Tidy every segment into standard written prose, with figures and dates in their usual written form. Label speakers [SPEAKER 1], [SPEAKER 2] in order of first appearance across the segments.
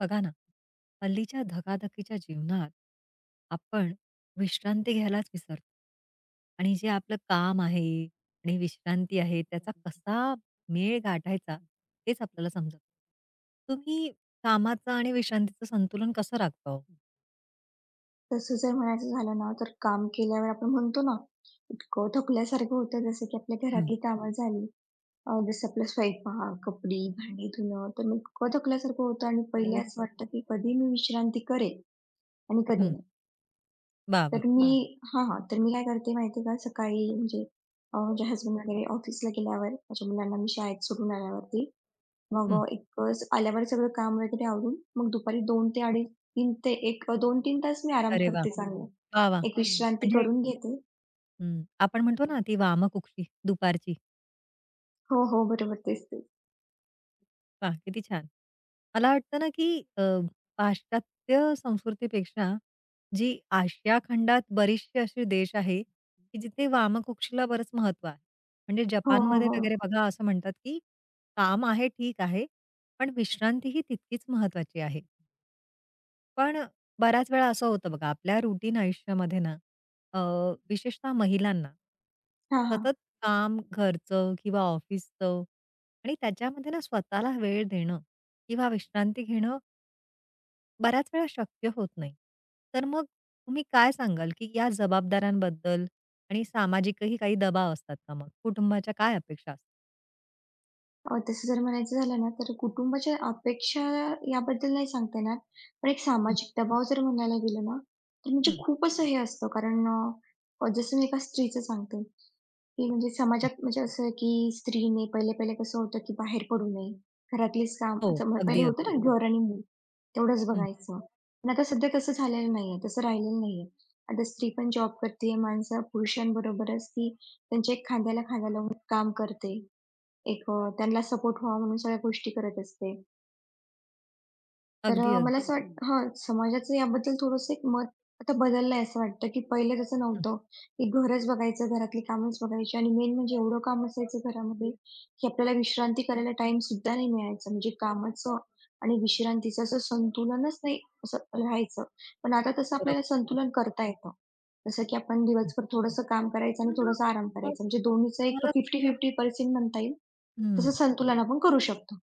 [SPEAKER 1] बघा ना, हल्लीच्या धकाधकीच्या जीवनात आपण विश्रांती घ्यायलाच विसरतो. आणि जे आपलं काम आहे आणि विश्रांती आहे त्याचा कसा मेळ गाठायचा तेच आपल्याला समजत नाही. तुम्ही कामाचं आणि विश्रांतीचं संतुलन कसं राखता हो?
[SPEAKER 2] तसं जर म्हणायचं झालं ना, तर काम केल्यावर आपण म्हणतो ना, इतकं थकल्यासारखं होतं जसं की आपल्या
[SPEAKER 1] हं,
[SPEAKER 2] घरातली कामं झाली. जसं आपला स्वयंपाक, कपडी, भांडी धुणं, तर मग इतकं थकल्यासारखं होतं आणि पहिले हो. असं वाटतं की कधी मी विश्रांती करेल आणि कधी
[SPEAKER 1] हं.
[SPEAKER 2] नाही.
[SPEAKER 1] वाह! वाह!
[SPEAKER 2] तर मी बरं. हां, हां. तर मी काय करते माहिती आहे का, सकाळी म्हणजे माझे हसबंड वगैरे ऑफिसला गेल्यावर, माझ्या मुलांना मी शाळेत सोडून आल्यावरती मग
[SPEAKER 1] हं.
[SPEAKER 2] आल्यावर सगळं काम वगैरे आवरून मग दुपारी 2 ते 2:30 ते 1 2-3 तास मी आराम
[SPEAKER 1] अरे वाह!
[SPEAKER 2] करते चांगला.
[SPEAKER 1] वाह! वाह!
[SPEAKER 2] एक अरे! विश्रांती
[SPEAKER 1] म्हणजे
[SPEAKER 2] करून घेते.
[SPEAKER 1] हं, आपण म्हणतो ना ती वामकुक्षी दुपारची.
[SPEAKER 2] हो, हो. बरोबर. तेच, तेच.
[SPEAKER 1] वाह! किती छान. मला वाटतं ना, की पाश्चात्य संस्कृतीपेक्षा जी आशिया खंडात बरेचसे असे देश आहे, की जिथे वामकुक्षीला बरंच महत्त्व आहे. म्हणजे
[SPEAKER 2] हो, हो,
[SPEAKER 1] जपानमध्ये
[SPEAKER 2] हो.
[SPEAKER 1] वगैरे बघा असं म्हणतात, की काम आहे ठीक आहे, पण विश्रांती ही तितकीच महत्त्वाची आहे. पण बऱ्याच वेळा असं होतं बघा, आपल्या रुटीन आयुष्यामध्ये ना, अ, विशेषतः महिलांना
[SPEAKER 2] हां, हां.
[SPEAKER 1] सतत काम, घरचं किंवा ऑफिसचं आणि त्याच्यामध्ये ना स्वतःला वेळ देणं किंवा विश्रांती घेणं बऱ्याच वेळा शक्य होत नाही. तर मग तुम्ही काय सांगाल, की या जबाबदाऱ्यांबद्दल आणि सामाजिकही काही दबाव असतात का मग? कुटुंबाच्या काय अपेक्षा असतात?
[SPEAKER 2] तसं जर म्हणायचं झालं ना, तर कुटुंबाच्या अपेक्षा याबद्दल नाही सांगता येणार. पण एक
[SPEAKER 1] हं,
[SPEAKER 2] सामाजिक दबाव जर म्हणायला गेलं ना, तर म्हणजे
[SPEAKER 1] हं.
[SPEAKER 2] खूप असं हे असतं कारण जसं मी एका स्त्रीचं सांगते. की म्हणजे
[SPEAKER 1] हं.
[SPEAKER 2] समाजात म्हणजे असं आहे की स्त्रीने पहिले-पहिले कसं होतं की बाहेर पडू नये. घरातलीच काम
[SPEAKER 1] हो,
[SPEAKER 2] अच्छा मग हं, पहिले
[SPEAKER 1] अगदी,
[SPEAKER 2] होतं ना
[SPEAKER 1] अगदी.
[SPEAKER 2] हं. घर आणि मूल तेवढंच
[SPEAKER 1] हं.
[SPEAKER 2] बघायचं. हो. पण आता सध्या तसं झालेलं नाहीये, तसं राहिलेलं नाहीये. आता स्त्री पण जॉब करते, माणसं पुरुषांबरोबरच ती त्यांच्या एक खांद्याला खांदा लावून काम करते. त्यांना सपोर्ट व्हावा म्हणून सगळ्या गोष्टी करत असते. तर
[SPEAKER 1] अगदी,
[SPEAKER 2] मला
[SPEAKER 1] अगदी.
[SPEAKER 2] असं वाट हां, समाजाचं याबद्दल थोडंसं एक मत आता बदललंय असं वाटतं, की पहिले तसं
[SPEAKER 1] हं,
[SPEAKER 2] नव्हतं, की घरच बघायचं, घरातली कामच बघायची आणि मेन म्हणजे एवढं काम असायचं घरामध्ये, की आपल्याला विश्रांती करायला टाईमसुद्धा नाही मिळायचा. म्हणजे कामाचं आणि विश्रांतीचं असं संतुलनच नाही असं राहायचं. पण आता तसं आपल्याला
[SPEAKER 1] बरोबर.
[SPEAKER 2] संतुलन करता येतं. जसं की आपण
[SPEAKER 1] हं.
[SPEAKER 2] दिवसभर थोडंसं काम करायचं आणि
[SPEAKER 1] पण ना,
[SPEAKER 2] थोडासा आराम
[SPEAKER 1] मग
[SPEAKER 2] करायचा. म्हणजे दोन्हीचं एक
[SPEAKER 1] तुम्हाला
[SPEAKER 2] 50-50% म्हणता येईल. तसं
[SPEAKER 1] हं.
[SPEAKER 2] संतुलन आपण करू शकतो.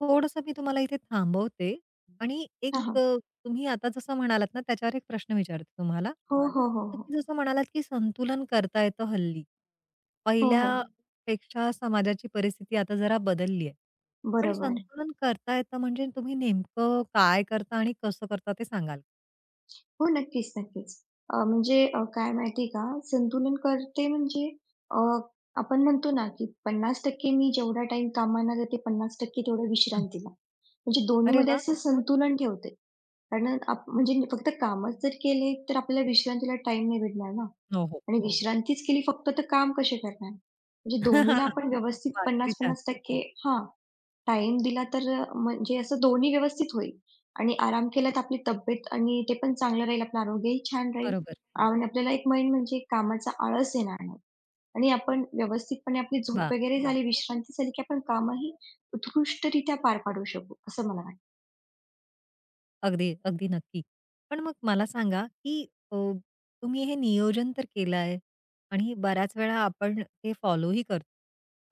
[SPEAKER 1] थोडंसं मी तुम्हाला इथे थांबवते आणि एक
[SPEAKER 2] हां, हां.
[SPEAKER 1] तुम्ही आता जसं म्हणालात ना, त्याच्यावर एक प्रश्न विचारते तुम्हाला.
[SPEAKER 2] हो, हो, हो, हो.
[SPEAKER 1] तुम्ही जसं म्हणालात, की संतुलन करता येतं हल्ली.
[SPEAKER 2] हो, हो.
[SPEAKER 1] पहिल्यापेक्षा समाजाची परिस्थिती आता जरा बदलली आहे. पण
[SPEAKER 2] बरोबर.
[SPEAKER 1] संतुलन करता येतं म्हणजे तुम्ही नेमकं काय करता आणि कसं करता ते सांगाल?
[SPEAKER 2] हो, नक्कीच, नक्कीच. काय माहिती का, संतुलन करते म्हणजे अ, आपण म्हणतो ना, की 50% मी जेवढा टाइम कामाला जाते 50% तेवढं
[SPEAKER 1] हं.
[SPEAKER 2] विश्रांतीला. म्हणजे
[SPEAKER 1] अरे
[SPEAKER 2] दोन्हीमध्ये
[SPEAKER 1] वाह!
[SPEAKER 2] असं संतुलन ठेवते. कारण आप म्हणजे फक्त कामच जर केले, तर आपल्याला विश्रांतीला टाईम नाही भेटणार ना
[SPEAKER 1] हो, हो.
[SPEAKER 2] आणि हो. विश्रांतीच केली फक्त तर काम कसे करणार? म्हणजे दोन्हीला आपण व्यवस्थित
[SPEAKER 1] वाह! किती छान.
[SPEAKER 2] 50-50% हां. टाईम दिला तर म्हणजे असं दोन्ही व्यवस्थित होईल आणि आराम केला तर आपली तब्येत आणि ते पण चांगलं राहील, आपलं आरोग्यही छान राहील
[SPEAKER 1] बरोबर.
[SPEAKER 2] आणि आपल्याला एक मेन म्हणजे कामाचा आळस येणार नाही आणि आपण व्यवस्थितपणे आपली झोप
[SPEAKER 1] वाह!
[SPEAKER 2] वगैरे झाली, विश्रांती झाली, की आपण कामही उत्कृष्टरित्या पार पाडू शकू, असं मला वाटतं.
[SPEAKER 1] अगदी, अगदी नक्की. पण मग मला सांगा, की अ, तुम्ही हे नियोजन तर केलं आहे आणि बऱ्याच वेळा आपण ते फॉलोही करतो.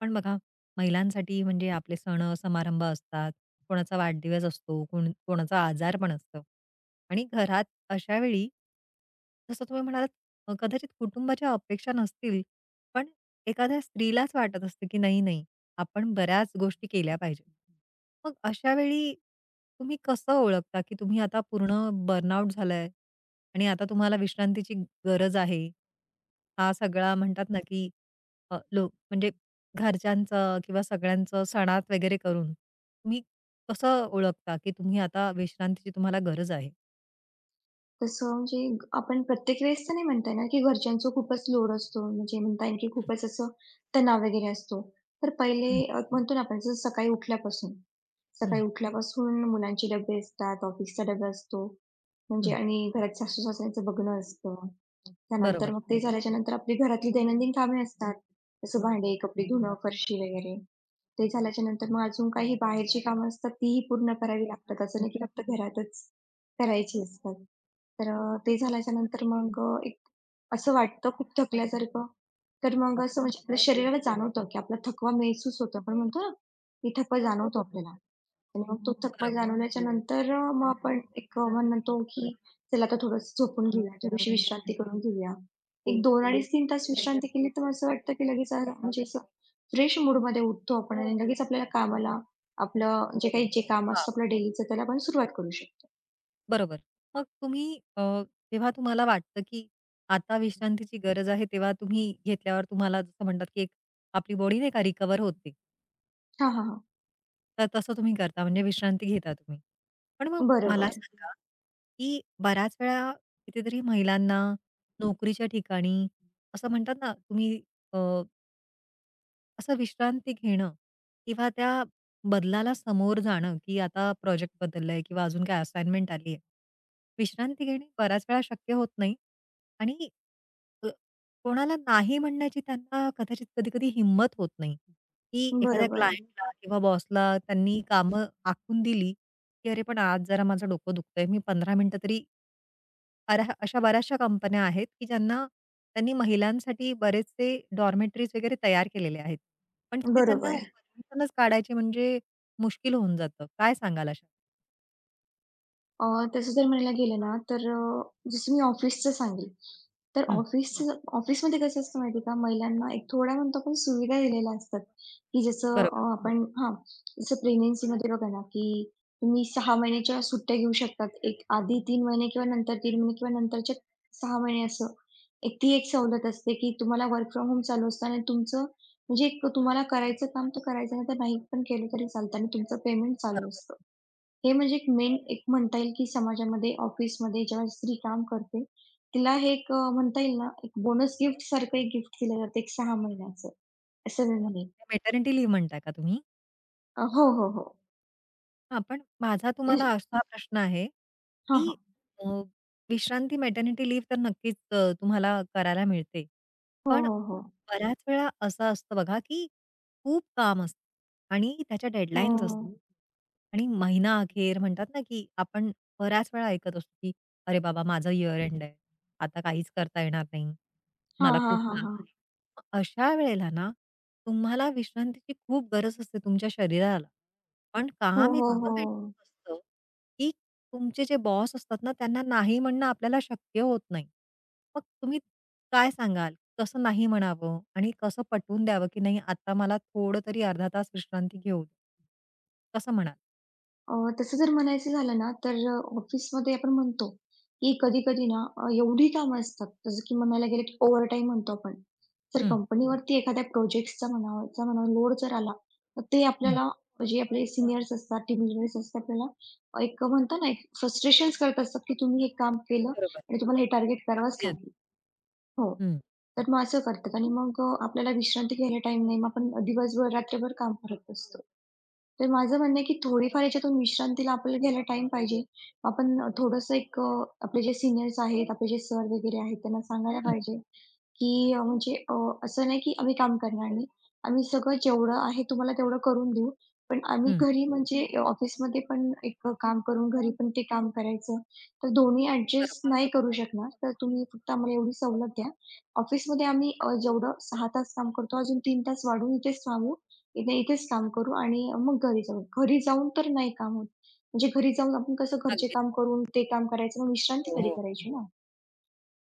[SPEAKER 1] पण बघा, महिलांसाठी म्हणजे आपले सण-समारंभ असतात, कोणाचा वाढदिवस असतो, कोण कोणाचा आजार पण असतं आणि घरात अशा वेळी जसं तुम्ही म्हणालात कदाचित कुटुंबाच्या अपेक्षा नसतील, पण एखाद्या स्त्रीलाच वाटत असतं, की नाही, नाही, आपण बऱ्याच गोष्टी केल्या पाहिजेत. मग अशा वेळी तुम्ही कसं ओळखता, की तुम्ही आता पूर्ण बर्नआउट झालाय आणि आता तुम्हाला विश्रांतीची गरज आहे? हा सगळा म्हणतात ना, की लो म्हणजे घरच्यांचं किंवा सगळ्यांचं सणात वगैरे करून तुम्ही कसं ओळखता, की तुम्ही आता विश्रांतीची तुम्हाला गरज आहे?
[SPEAKER 2] तसं म्हणजे आपण प्रत्येक वेळेस तर नाही म्हणता येणार, की घरच्यांचा खूपच लोड असतो. म्हणजे म्हणता येईल, की खूपच असं तणाव वगैरे असतो. तर पहिले
[SPEAKER 1] हं,
[SPEAKER 2] म्हणतो ना आपण जसं सकाळी उठल्यापासून. सकाळी
[SPEAKER 1] हं,
[SPEAKER 2] उठल्यापासून मुलांचे डबे असतात, ऑफिसचा डबा असतो. म्हणजे
[SPEAKER 1] हं.
[SPEAKER 2] आणि घरात सासू-सासऱ्यांचं बघणं असतं. त्यानंतर
[SPEAKER 1] बरोबर,
[SPEAKER 2] मग ते झाल्याच्यानंतर आपली घरातली दैनंदिन कामे असतात. जसं भांडे, कपडे धुणं, फरशी वगैरे. ते झाल्याच्यानंतर मग अजून काही बाहेरची कामं असतात, तीही पूर्ण करावी लागतात. असं नाही की फक्त घरातच करायची असतात. तर ते झाल्याच्या नंतर मग एक असं वाटतं खूप थकल्यासारखं. तर मग असं म्हणजे आपल्या शरीराला जाणवतं, की आपला थकवा महसूस होतो. आपण म्हणतो ना, की थकवा जाणवतो आपल्याला आणि मग तो थकवा
[SPEAKER 1] बरोबर.
[SPEAKER 2] जाणवल्याच्या नंतर मग आपण मन म्हणतो, की चला आता थोडंसं झोपून घेऊया, थोडीशी विश्रांती करून घेऊया. एक 2 अडीच-3 तास विश्रांती केली तर असं वाटतं, की लगेच म्हणजे असं फ्रेश मूडमध्ये उठतो आपण आणि लगेच आपल्याला कामाला आपलं जे काम असतं आपलं डेलीचं त्याला आपण सुरुवात करू शकतो.
[SPEAKER 1] बरोबर. मग तुम्ही अ, तेव्हा तुम्हाला वाटतं, की आता विश्रांतीची गरज आहे, तेव्हा तुम्ही घेतल्यावर तुम्हाला जसं म्हणतात, की एक आपली बॉडी नाही का रिकव्हर होते.
[SPEAKER 2] हां, हां, हां.
[SPEAKER 1] तर तसं तुम्ही करता म्हणजे विश्रांती घेता तुम्ही. पण मग मला
[SPEAKER 2] बरोबर.
[SPEAKER 1] सांगा, की बऱ्याच वेळा कितीतरी महिलांना नोकरीच्या ठिकाणी असं म्हणतात ना, तुम्ही असं विश्रांती घेणं किंवा त्या बदलाला समोर जाणं, की आता प्रोजेक्ट बदललाय किंवा अजून काही असाइनमेंट आलीये. विश्रांती घेणे बऱ्याच वेळा शक्य होत नाही आणि अ, कोणाला नाही म्हणण्याची त्यांना कदाचित कधी-कधी हिंमत होत नाही, की एखाद्या हो.
[SPEAKER 2] बरोबर,
[SPEAKER 1] क्लायंटला किंवा बॉसला त्यांनी कामं आखून दिली, की "अरे, पण आज जरा माझं डोकं दुखतंय, मी 15 मिनिटं तरी अरा अशा बऱ्याचशा कंपन्या आहेत, की ज्यांना त्यांनी महिलांसाठी बरेचसे डॉर्मेटरीज वगैरे तयार केलेले आहेत. पण तिथे त्यांना
[SPEAKER 2] बरोबर.
[SPEAKER 1] ऍडमिशनच काढायची म्हणजे मुश्किल होऊन जातं. काय सांगाल अशा?
[SPEAKER 2] अ, तसं जर म्हणायला गेलं ना, तर जसं मी ऑफिसचं सांगेल, तर
[SPEAKER 1] हं,
[SPEAKER 2] ऑफिसमध्ये कसं असतं माहिती का, महिलांना एक थोड्या म्हणतो आपण सुविधा दिलेल्या असतात, की जसं
[SPEAKER 1] बरोबर,
[SPEAKER 2] आपण हां, जसं प्रेग्नन्सीमध्ये बघा ना, की तुम्ही 6 महिन्याच्या सुट्ट्या घेऊ शकतात. एक आधी 3 महिने किंवा नंतर 3 महिने किंवा नंतरचे 6 महिने असं. एक ती एक सवलत असते, की तुम्हाला वर्क फ्रॉम होम चालू असतं आणि तुमचं म्हणजे एक तुम्हाला करायचं काम तर करायचं, नाही तर नाही पण केलं तरी चालतं आणि तुमचं पेमेंट चालू
[SPEAKER 1] बरोबर.
[SPEAKER 2] असतं. हे म्हणजे एक मेन एक म्हणता येईल, की समाजामध्ये ऑफिसमध्ये ज्यावेळेस स्त्री काम करते, तिला हे म्हणता येईल ना, एक बोनस गिफ्टसारखं एक गिफ्ट दिलं जातं एक 6 महिन्याचं, असं मी म्हणेन.
[SPEAKER 1] मेटर्निटी लीव्ह म्हणताय का तुम्ही?
[SPEAKER 2] हो, हो, हो.
[SPEAKER 1] हां, पण माझा तुम्हाला
[SPEAKER 2] म्हणजे
[SPEAKER 1] असा प्रश्न आहे,
[SPEAKER 2] हां,
[SPEAKER 1] की
[SPEAKER 2] हां.
[SPEAKER 1] अ, विश्रांती मॅटर्निटी लीव्ह तर नक्कीच तुम्हाला करायला मिळते.
[SPEAKER 2] हो,
[SPEAKER 1] पण
[SPEAKER 2] हो, हो.
[SPEAKER 1] बऱ्याच वेळा असं असतं बघा, की खूप काम असतं आणि त्याच्या
[SPEAKER 2] हो,
[SPEAKER 1] डेडलाईन्स
[SPEAKER 2] हो.
[SPEAKER 1] असतात.
[SPEAKER 2] ना?
[SPEAKER 1] आणि महिना अखेर म्हणतात ना, की आपण बऱ्याच वेळा ऐकत असतो, की "अरे बाबा माझं इयर एंड आहे. आता काहीच करता येणार नाही.
[SPEAKER 2] हां,
[SPEAKER 1] मला
[SPEAKER 2] हां,
[SPEAKER 1] खूप काम
[SPEAKER 2] हां,
[SPEAKER 1] आहे." मग अशा वेळेला ना, तुम्हाला विश्रांतीची खूप गरज असते तुमच्या शरीराला. पण
[SPEAKER 2] हो,
[SPEAKER 1] काम
[SPEAKER 2] हो,
[SPEAKER 1] इतकं
[SPEAKER 2] हो.
[SPEAKER 1] पेंडिंग असतं, की तुमचे जे बॉस असतात ना, त्यांना नाही म्हणणं आपल्याला शक्य होत नाही. मग तुम्ही काय सांगाल? कसं नाही म्हणावं आणि कसं पटवून द्यावं, की नाही आता मला थोडं तरी अर्धा तास विश्रांती घेऊ दे? कसं म्हणाल?
[SPEAKER 2] अ, तसं जर म्हणायचं झालं ना, तर ऑफिसमध्ये आपण म्हणतो, की कधी-कधी ना एवढी कामं असतात, जसं की म्हणायला गेलं की ओव्हरटाईम म्हणतो आपण. जर
[SPEAKER 1] हं.
[SPEAKER 2] कंपनीवरती एखाद्या प्रोजेक्ट्सचा म्हणावाचा म्हणा लोड जर आला, तर ते
[SPEAKER 1] हं.
[SPEAKER 2] आपल्याला जे आपले सीनियर्स असतात, टीम लिडर्स असतात, आपल्याला एक म्हणतो ना, एक फ्रस्ट्रेशन्स करत असतात, की तुम्ही हे काम केलं
[SPEAKER 1] बरोबर.
[SPEAKER 2] आणि तुम्हाला हे टार्गेट करावंच
[SPEAKER 1] अगदी, अगदी.
[SPEAKER 2] लागेल. हो.
[SPEAKER 1] हं,
[SPEAKER 2] तर मग असं करतात आणि मग आपल्याला विश्रांती घ्यायला टाईम नाही. मग आपण दिवसभर, रात्रभर काम करत असतो. तर माझं म्हणणं आहे, की थोडीफार याच्यातून विश्रांतीला आपल्याला घ्यायला टाईम पाहिजे. आपण थोडंसं आपले जे सीनियर्स आहेत, आपले जे सर वगैरे आहेत त्यांना सांगायला
[SPEAKER 1] हं,
[SPEAKER 2] पाहिजे, की अ, म्हणजे अ, असं नाही की आम्ही काम करणार नाही. आम्ही सगळं जेवढं आहे तुम्हाला तेवढं करून देऊ. पण आम्ही
[SPEAKER 1] हं.
[SPEAKER 2] घरी म्हणजे ऑफिसमध्ये पण एक काम करून घरी पण ते काम करायचं. तर दोन्ही
[SPEAKER 1] बरोबर.
[SPEAKER 2] ॲडजस्ट नाही करू शकणार. तर तुम्ही फक्त आम्हाला एवढी सवलत द्या. ऑफिसमध्ये आम्ही जेवढं 6 तास काम करतो अजून 3 तास वाढवून इथेच थांबू. इथेच काम
[SPEAKER 1] हं.
[SPEAKER 2] करू आणि मग घरी जाऊ. घरी जाऊन तर नाही काम होत. म्हणजे घरी जाऊन आपण कसं घरचे
[SPEAKER 1] अगदी.
[SPEAKER 2] काम करून ते काम करायचं मग विश्रांती
[SPEAKER 1] हो,
[SPEAKER 2] कधी
[SPEAKER 1] हो.
[SPEAKER 2] करायची ना?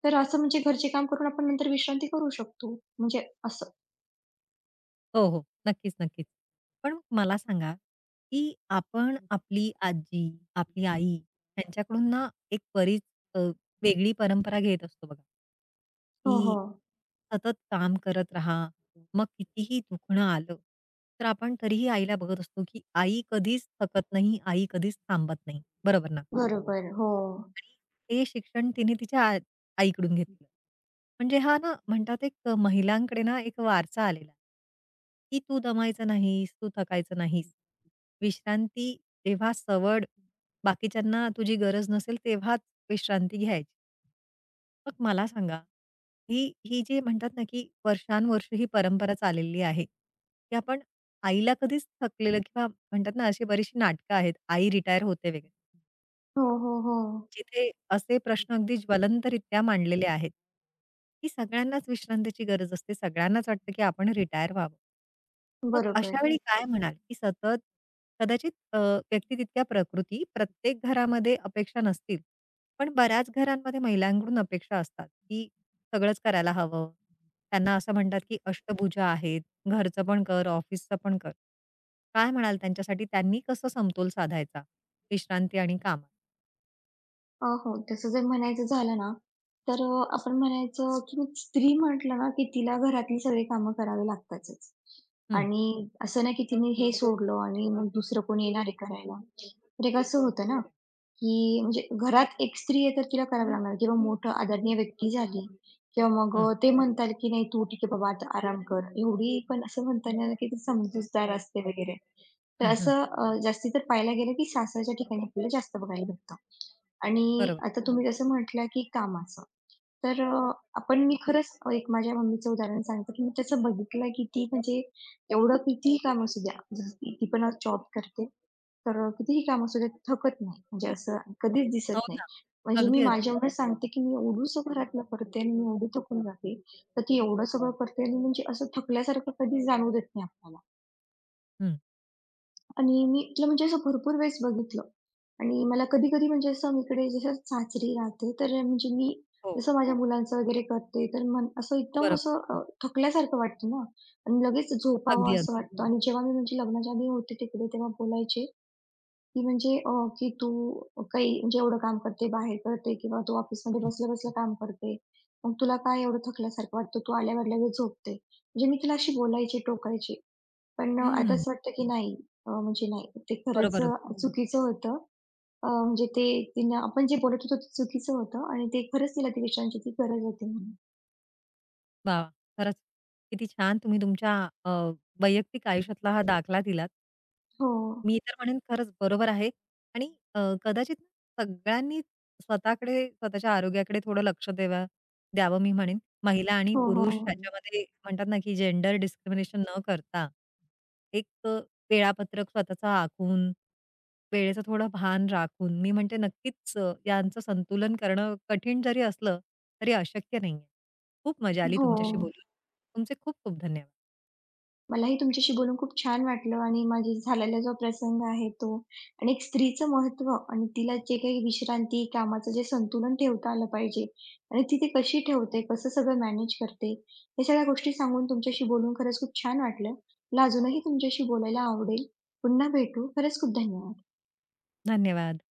[SPEAKER 2] तर असं म्हणजे घरचे काम करून आपण नंतर विश्रांती करू शकतो. म्हणजे असं.
[SPEAKER 1] हो, हो. नक्कीच, नक्कीच. पण मला सांगा, की आपण आपली आजी, आपली आई यांच्याकडून ना एक बरीच अ, वेगळी परंपरा घेत असतो बघा,
[SPEAKER 2] हो,
[SPEAKER 1] की
[SPEAKER 2] हो.
[SPEAKER 1] सतत काम करत राहा. मग कितीही दुखणं आलं, तर आपण तरीही आईला बघत असतो, की आई कधीच थकत नाही, आई कधीच थांबत नाही. बरोबर ना?
[SPEAKER 2] बरोबर. हो.
[SPEAKER 1] ते शिक्षण तिने तिच्या आईकडून घेतलं. म्हणजे हा ना म्हणतात एक महिलांकडे ना एक वारसा आलेला आहे, की तू दमायचं नाहीस, तू थकायचं नाहीस. विश्रांती तेव्हा सवड बाकीच्यांना तुझी गरज नसेल तेव्हाच विश्रांती घ्यायची. मग मला सांगा, ही ही जी म्हणतात ना, की वर्षानुवर्षे ही परंपरा चाललेली आहे, की आपण आईला कधीच थकलेलं किंवा म्हणतात ना, अशी बरीचशी नाटकं आहेत, आई रिटायर होते वगैरे.
[SPEAKER 2] हो, हो, हो.
[SPEAKER 1] जिथे असे प्रश्न अगदी ज्वलंतरित्या मांडलेले आहेत, की सगळ्यांनाच विश्रांतीची गरज असते. सगळ्यांनाच वाटतं, की आपण रिटायर व्हावं. मग अशा
[SPEAKER 2] बरोबर.
[SPEAKER 1] वेळी हो. काय म्हणाल, की सतत कदाचित व्यक्ती तितक्या प्रकृती प्रत्येक घरामध्ये अपेक्षा नसतील, पण बऱ्याच घरांमध्ये महिलांकडून अपेक्षा असतात, की सगळंच करायला हवं. त्यांना असं म्हणतात, की अष्टभुजा आहेत. घरचं पण कर, ऑफिसचं पण कर. काय म्हणाल त्यांच्यासाठी त्यांनी कसं समतोल साधायचा विश्रांती आणि कामात?
[SPEAKER 2] हो. तसं जर म्हणायचं झालं ना, तर आपण म्हणायचं की मग स्त्री म्हटलं ना, की तिला घरातली सगळी कामं करावी लागतातच. आणि असं नाही की तिने हे सोडलं आणि मग दुसरं कोणी येणार आहे करायला. तर एक असं होतं ना. की म्हणजे घरात एक स्त्री आहे तर तिला करावं लागणार किंवा मोठं आदरणीय व्यक्ती झाली किंवा मग
[SPEAKER 1] हं.
[SPEAKER 2] ते म्हणतात की "नाही तू ठीक आहे बाबा आता आराम कर." एवढी पण असं म्हणता येणार नाही की ती समजूतदार असते वगैरे. तर
[SPEAKER 1] हं, हं.
[SPEAKER 2] असं जास्ती तर पाहायला गेलं की सासरच्या ठिकाणी आपल्याला जास्त बघायला भेटतं. आणि
[SPEAKER 1] बरोबर.
[SPEAKER 2] आता तुम्ही जसं म्हटलं की कामाचं. तर आपण मी खरंच एक माझ्या मम्मीचं उदाहरण सांगते, की मी तसं बघितलं की ती म्हणजे एवढं कितीही काम असू द्या, जसं की ती पण आज जॉब करते. तर कितीही काम असू द्या, ती थकत नाही. म्हणजे असं कधीच
[SPEAKER 1] हो
[SPEAKER 2] दिसत नाही.
[SPEAKER 1] ना.
[SPEAKER 2] म्हणजे मी
[SPEAKER 1] अगदी, अगदी.
[SPEAKER 2] माझ्या एवढं सांगते, की मी एवढंसं घरातलं करते आणि मी एवढी थकून जाते. तर ती एवढं सगळं करते आणि म्हणजे असं थकल्यासारखं कधीच जाणवू देत नाही आपल्याला.
[SPEAKER 1] हं.
[SPEAKER 2] आणि मी इथलं म्हणजे असं भरपूर वेळेस बघितलं आणि मला कधी-कधी म्हणजे असं मी इकडे जसं सासरी राहते, तर म्हणजे मी
[SPEAKER 1] हो.
[SPEAKER 2] जसं माझ्या मुलांचं वगैरे करते, तर मन असं एकदम
[SPEAKER 1] बरोबर.
[SPEAKER 2] असं थकल्यासारखं वाटतं ना आणि लगेच झोपावं
[SPEAKER 1] अगदी,
[SPEAKER 2] असं
[SPEAKER 1] अगदी.
[SPEAKER 2] वाटतं आणि जेव्हा मी म्हणजे लग्नाच्या आधी होते तिकडे, तेव्हा बोलायचे, की की "तू काही म्हणजे एवढं काम करते, बाहेर करते किंवा तू ऑफिसमध्ये
[SPEAKER 1] हं.
[SPEAKER 2] बसल्या-बसल्या काम करते. मग तुला काय एवढं थकल्यासारखं वाटतं? तू आल्यावर लगेच झोपते." म्हणजे मी तिला अशी बोलायची, टोकायची. पण आता
[SPEAKER 1] हं.
[SPEAKER 2] असं वाटतं की नाही अ, म्हणजे नाही ते खरंच अ,
[SPEAKER 1] बरोबर.
[SPEAKER 2] हं. चुकीचं होतं. अ, म्हणजे ते तिने आपण जे बोलत होतो ते चुकीचं होतं आणि ते खरंच तिला त्या विषयांची ती गरज होती म्हणून.
[SPEAKER 1] वाह! वाह! खरंच किती छान तुम्ही तुमच्या अ, वैयक्तिक आयुष्यातला हा दाखला दिलात.
[SPEAKER 2] हो.
[SPEAKER 1] मी तर म्हणेन खरंच बरोबर आहे आणि कदाचित सगळ्यांनी स्वतःकडे, स्वतःच्या आरोग्याकडे थोडं लक्ष द्यावं मी म्हणेन. महिला आणि
[SPEAKER 2] हो, बरोबर
[SPEAKER 1] पुरुष
[SPEAKER 2] हो. आहे.
[SPEAKER 1] ह्याच्यामध्ये म्हणतात ना, की जेंडर डिस्क्रिमिनेशन न करता एक वेळापत्रक स्वतःचं आखून, वेळेचं थोडं भान राखून मी म्हणते नक्कीच यांचं संतुलन करणं कठीण जरी असलं, तरी अशक्य नाहीये. खूप मजा आली
[SPEAKER 2] हो.
[SPEAKER 1] तुमच्याशी
[SPEAKER 2] हो.
[SPEAKER 1] बोलून. तुमचे खूप खूप धन्यवाद.
[SPEAKER 2] मलाही तुमच्याशी बोलून खूप छान वाटलं आणि माझी झालेला जो प्रसंग आहे तो आणि एक स्त्रीचं महत्त्व आणि तिला जे काही विश्रांती, कामाचं जे संतुलन ठेवता आलं पाहिजे आणि ती ते कशी ठेवते, कसं सगळं मॅनेज करते, या सगळ्या गोष्टी सांगून तुमच्याशी बोलून खरंच खूप छान वाटलं. मला अजूनही तुमच्याशी बोलायला आवडेल. पुन्हा भेटू. खरंच खूप धन्यवाद.
[SPEAKER 1] धन्यवाद.